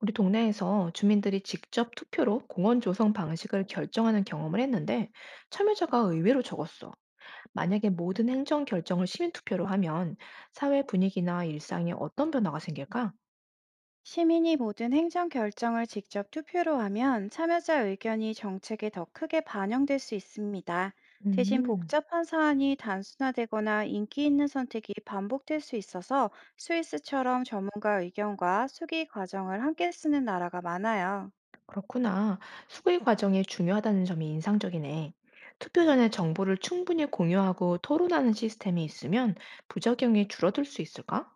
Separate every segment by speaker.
Speaker 1: 우리 동네에서 주민들이 직접 투표로 공원 조성 방식을 결정하는 경험을 했는데 참여자가 의외로 적었어. 만약에 모든 행정 결정을 시민 투표로 하면 사회 분위기나 일상에 어떤 변화가 생길까?
Speaker 2: 시민이 모든 행정 결정을 직접 투표로 하면 참여자 의견이 정책에 더 크게 반영될 수 있습니다. 대신
Speaker 1: 음,
Speaker 2: 복잡한 사안이 단순화되거나 인기 있는 선택이 반복될 수 있어서, 스위스처럼 전문가 의견과 수기 과정을 함께 쓰는 나라가 많아요.
Speaker 1: 그렇구나. 수의 과정이 중요하다는 점이 인상적이네. 투표 전에 정보를 충분히 공유하고 토론하는 시스템이 있으면 부작용이 줄어들 수 있을까?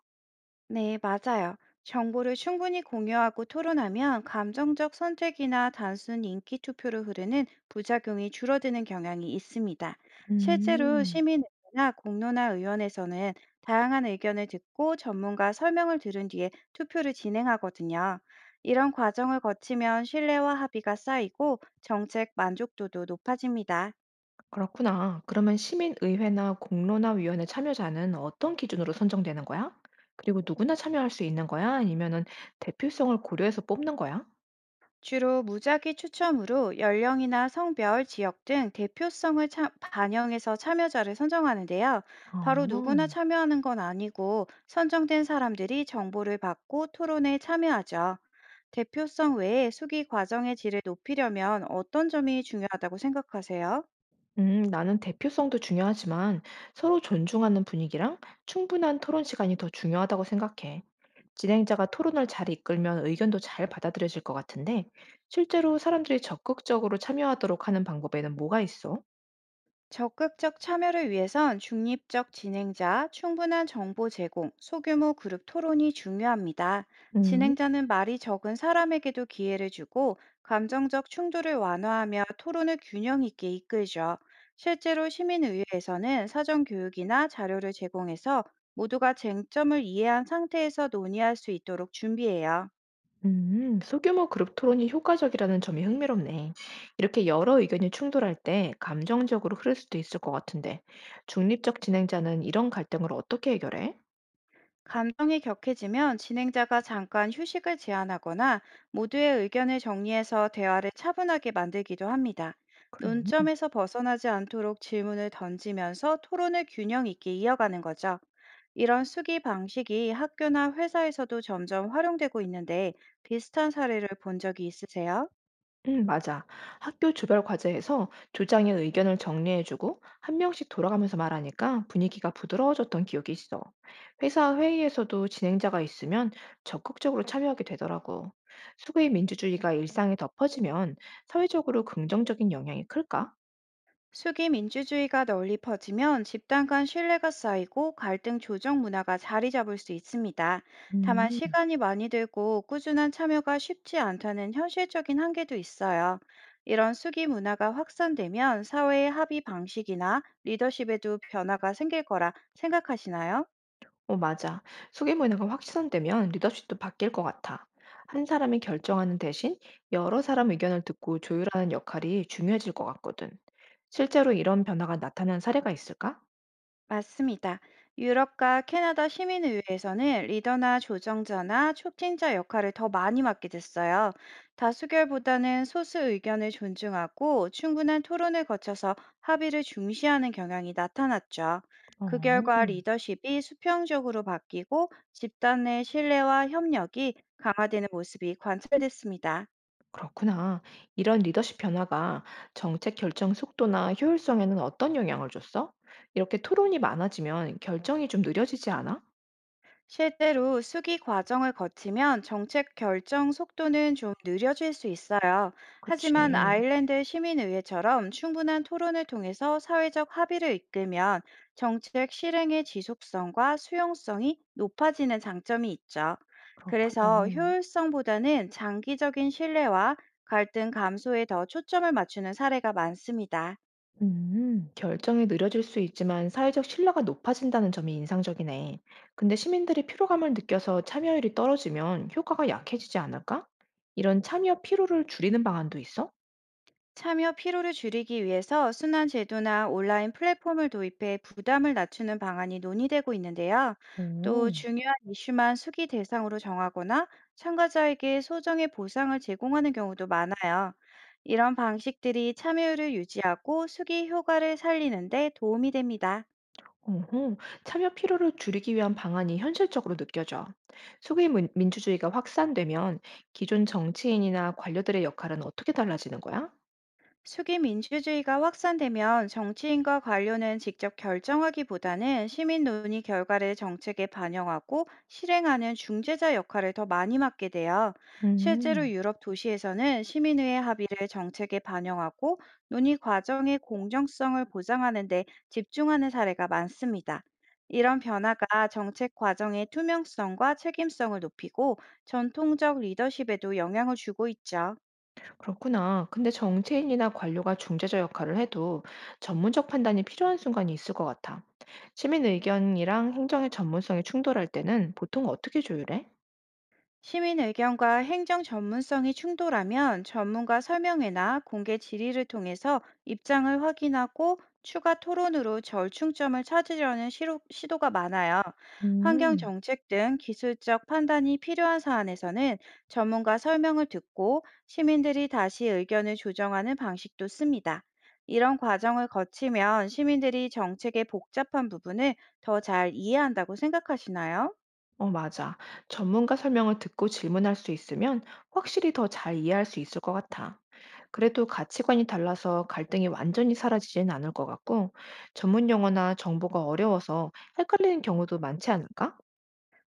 Speaker 2: 네, 맞아요. 정보를 충분히 공유하고 토론하면 감정적 선택이나 단순 인기 투표로 흐르는 부작용이 줄어드는 경향이 있습니다. 실제로
Speaker 1: 음.
Speaker 2: 시민의회나 공론화 의원에서는 다양한 의견을 듣고 전문가 설명을 들은 뒤에 투표를 진행하거든요. 이런 과정을 거치면 신뢰와 합의가 쌓이고 정책 만족도도 높아집니다.
Speaker 1: 그렇구나. 그러면 시민의회나 공론화위원회 참여자는 어떤 기준으로 선정되는 거야? 그리고 누구나 참여할 수 있는 거야? 아니면은 대표성을 고려해서 뽑는 거야?
Speaker 2: 주로 무작위 추첨으로 연령이나 성별, 지역 등 대표성을 반영해서 참여자를 선정하는데요. 바로 누구나
Speaker 1: 어.
Speaker 2: 참여하는 건 아니고, 선정된 사람들이 정보를 받고 토론에 참여하죠. 대표성 외에 수기 과정의 질을 높이려면 어떤 점이 중요하다고 생각하세요?
Speaker 1: 나는 대표성도 중요하지만 서로 존중하는 분위기랑 충분한 토론 시간이 더 중요하다고 생각해. 진행자가 토론을 잘 이끌면 의견도 잘 받아들여질 것 같은데, 실제로 사람들이 적극적으로 참여하도록 하는 방법에는 뭐가 있어?
Speaker 2: 적극적 참여를 위해선 중립적 진행자, 충분한 정보 제공, 소규모 그룹 토론이 중요합니다.
Speaker 1: 음.
Speaker 2: 진행자는 말이 적은 사람에게도 기회를 주고, 감정적 충돌을 완화하며 토론을 균형 있게 이끌죠. 실제로 시민의회에서는 사전 교육이나 자료를 제공해서 모두가 쟁점을 이해한 상태에서 논의할 수 있도록 준비해요.
Speaker 1: 소규모 그룹 토론이 효과적이라는 점이 흥미롭네. 이렇게 여러 의견이 충돌할 때 감정적으로 흐를 수도 있을 것 같은데, 중립적 진행자는 이런 갈등을 어떻게 해결해?
Speaker 2: 감정이 격해지면 진행자가 잠깐 휴식을 제안하거나 모두의 의견을 정리해서 대화를 차분하게 만들기도 합니다.
Speaker 1: 그래.
Speaker 2: 논점에서 벗어나지 않도록 질문을 던지면서 토론을 균형 있게 이어가는 거죠. 이런 수기 방식이 학교나 회사에서도 점점 활용되고 있는데, 비슷한 사례를 본 적이 있으세요?
Speaker 1: 맞아. 학교 주별 과제에서 조장의 의견을 정리해주고 한 명씩 돌아가면서 말하니까 분위기가 부드러워졌던 기억이 있어. 회사 회의에서도 진행자가 있으면 적극적으로 참여하게 되더라고. 수구의 민주주의가 일상에 덮어지면 사회적으로 긍정적인 영향이 클까?
Speaker 2: 수기 민주주의가 널리 퍼지면 집단 간 신뢰가 쌓이고 갈등 조정 문화가 자리 잡을 수 있습니다. 다만
Speaker 1: 음.
Speaker 2: 시간이 많이 들고 꾸준한 참여가 쉽지 않다는 현실적인 한계도 있어요. 이런 수기 문화가 확산되면 사회의 합의 방식이나 리더십에도 변화가 생길 거라 생각하시나요?
Speaker 1: 어, 맞아. 소규모 인허가 확산되면 리더십도 바뀔 것 같아. 한 사람이 결정하는 대신 여러 사람 의견을 듣고 조율하는 역할이 중요해질 것 같거든. 실제로 이런 변화가 나타난 사례가 있을까?
Speaker 2: 맞습니다. 유럽과 캐나다 시민의회에서는 리더나 조정자나 촉진자 역할을 더 많이 맡게 됐어요. 다수결보다는 소수 의견을 존중하고 충분한 토론을 거쳐서 합의를 중시하는 경향이 나타났죠. 그 결과
Speaker 1: 어.
Speaker 2: 리더십이 수평적으로 바뀌고 집단 내 신뢰와 협력이 강화되는 모습이 관찰됐습니다.
Speaker 1: 그렇구나. 이런 리더십 변화가 정책 결정 속도나 효율성에는 어떤 영향을 줬어? 이렇게 토론이 많아지면 결정이 좀 느려지지 않아?
Speaker 2: 실제로 수기 과정을 거치면 정책 결정 속도는 좀 느려질 수 있어요. 하지만
Speaker 1: 그치,
Speaker 2: 아일랜드 시민의회처럼 충분한 토론을 통해서 사회적 합의를 이끌면 정책 실행의 지속성과 수용성이 높아지는 장점이 있죠.
Speaker 1: 그렇구나.
Speaker 2: 그래서 효율성보다는 장기적인 신뢰와 갈등 감소에 더 초점을 맞추는 사례가 많습니다.
Speaker 1: 결정이 느려질 수 있지만 사회적 신뢰가 높아진다는 점이 인상적이네. 근데 시민들이 피로감을 느껴서 참여율이 떨어지면 효과가 약해지지 않을까? 이런 참여 피로를 줄이는 방안도 있어?
Speaker 2: 참여 피로를 줄이기 위해서 순환 제도나 온라인 플랫폼을 도입해 부담을 낮추는 방안이 논의되고 있는데요. 또
Speaker 1: 오,
Speaker 2: 중요한 이슈만 수기 대상으로 정하거나 참가자에게 소정의 보상을 제공하는 경우도 많아요. 이런 방식들이 참여율을 유지하고 수기 효과를 살리는 데 도움이 됩니다.
Speaker 1: 어허, 참여 피로를 줄이기 위한 방안이 현실적으로 느껴져. 민주주의가 확산되면 기존 정치인이나 관료들의 역할은 어떻게 달라지는 거야?
Speaker 2: 수기 민주주의가 확산되면 정치인과 관료는 직접 결정하기보다는 시민 논의 결과를 정책에 반영하고 실행하는 중재자 역할을 더 많이 맡게 되어, 실제로
Speaker 1: 음.
Speaker 2: 유럽 도시에서는 시민의회 합의를 정책에 반영하고 논의 과정의 공정성을 보장하는 데 집중하는 사례가 많습니다. 이런 변화가 정책 과정의 투명성과 책임성을 높이고 전통적 리더십에도 영향을 주고 있죠.
Speaker 1: 그렇구나. 근데 정치인이나 관료가 중재자 역할을 해도 전문적 판단이 필요한 순간이 있을 것 같아. 시민 의견이랑 행정의 전문성이 충돌할 때는 보통 어떻게 조율해?
Speaker 2: 시민 의견과 행정 전문성이 충돌하면 전문가 설명회나 공개 질의를 통해서 입장을 확인하고 추가 토론으로 절충점을 찾으려는 시도가 많아요. 환경
Speaker 1: 음,
Speaker 2: 정책 등 기술적 판단이 필요한 사안에서는 전문가 설명을 듣고 시민들이 다시 의견을 조정하는 방식도 씁니다. 이런 과정을 거치면 시민들이 정책의 복잡한 부분을 더 잘 이해한다고 생각하시나요?
Speaker 1: 어, 맞아. 전문가 설명을 듣고 질문할 수 있으면 확실히 더 잘 이해할 수 있을 것 같아. 그래도 가치관이 달라서 갈등이 완전히 사라지진 않을 것 같고, 전문 용어나 정보가 어려워서 헷갈리는 경우도 많지 않을까?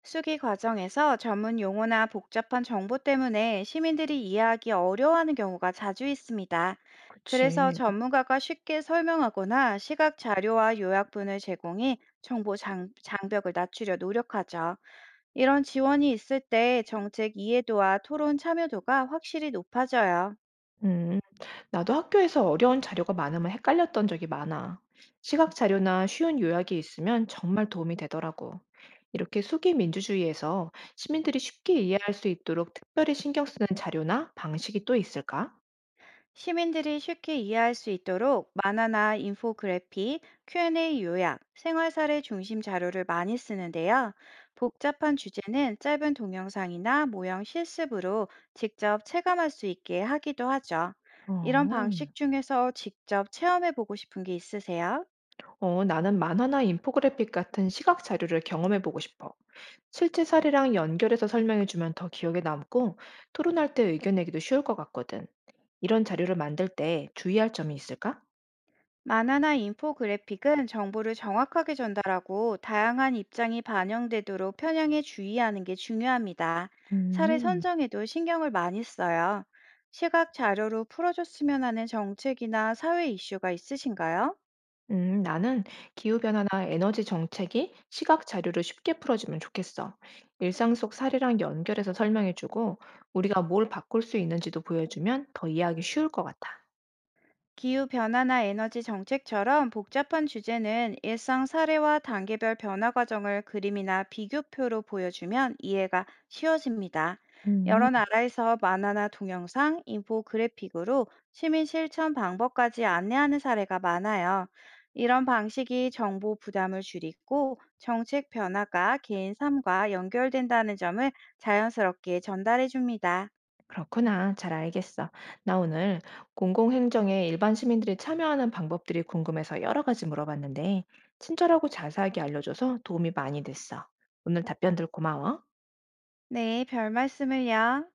Speaker 2: 수기 과정에서 전문 용어나 복잡한 정보 때문에 시민들이 이해하기 어려워하는 경우가 자주 있습니다. 그래서
Speaker 1: 그치.
Speaker 2: 전문가가 쉽게 설명하거나 시각 자료와 요약분을 제공해 정보 장벽을 낮추려 노력하죠. 이런 지원이 있을 때 정책 이해도와 토론 참여도가 확실히 높아져요.
Speaker 1: 음. 나도 학교에서 어려운 자료가 많으면 헷갈렸던 적이 많아. 시각 자료나 쉬운 요약이 있으면 정말 도움이 되더라고. 이렇게 수기 민주주의에서 시민들이 쉽게 이해할 수 있도록 특별히 신경 쓰는 자료나 방식이 또 있을까?
Speaker 2: 시민들이 쉽게 이해할 수 있도록 만화나 인포그래픽, Q&A 요약, 생활 사례 중심 자료를 많이 쓰는데요. 복잡한 주제는 짧은 동영상이나 모형 실습으로 직접 체감할 수 있게 하기도 하죠. 이런
Speaker 1: 어,
Speaker 2: 방식 중에서 직접 체험해 보고 싶은 게 있으세요?
Speaker 1: 나는 만화나 인포그래픽 같은 시각 자료를 경험해 보고 싶어. 실제 사례랑 연결해서 설명해 주면 더 기억에 남고 토론할 때 의견 내기도 쉬울 것 같거든. 이런 자료를 만들 때 주의할 점이 있을까?
Speaker 2: 만화나 인포그래픽은 정보를 정확하게 전달하고 다양한 입장이 반영되도록 편향에 주의하는 게 중요합니다. 사례
Speaker 1: 음.
Speaker 2: 선정에도 신경을 많이 써요. 시각 자료로 풀어줬으면 하는 정책이나 사회 이슈가 있으신가요?
Speaker 1: 나는 기후변화나 에너지 정책이 시각 자료로 쉽게 풀어지면 좋겠어. 일상 속 사례랑 연결해서 설명해주고, 우리가 뭘 바꿀 수 있는지도 보여주면 더 이해하기 쉬울 것 같아.
Speaker 2: 기후변화나 에너지 정책처럼 복잡한 주제는 일상 사례와 단계별 변화 과정을 그림이나 비교표로 보여주면 이해가 쉬워집니다.
Speaker 1: 음,
Speaker 2: 여러 나라에서 만화나 동영상, 인포그래픽으로 시민 실천 방법까지 안내하는 사례가 많아요. 이런 방식이 정보 부담을 줄이고 정책 변화가 개인 삶과 연결된다는 점을 자연스럽게 전달해 줍니다.
Speaker 1: 그렇구나. 잘 알겠어. 나 오늘 공공행정에 일반 시민들이 참여하는 방법들이 궁금해서 여러 가지 물어봤는데, 친절하고 자세하게 알려줘서 도움이 많이 됐어. 오늘 답변들 고마워.
Speaker 2: 네, 별 말씀을요.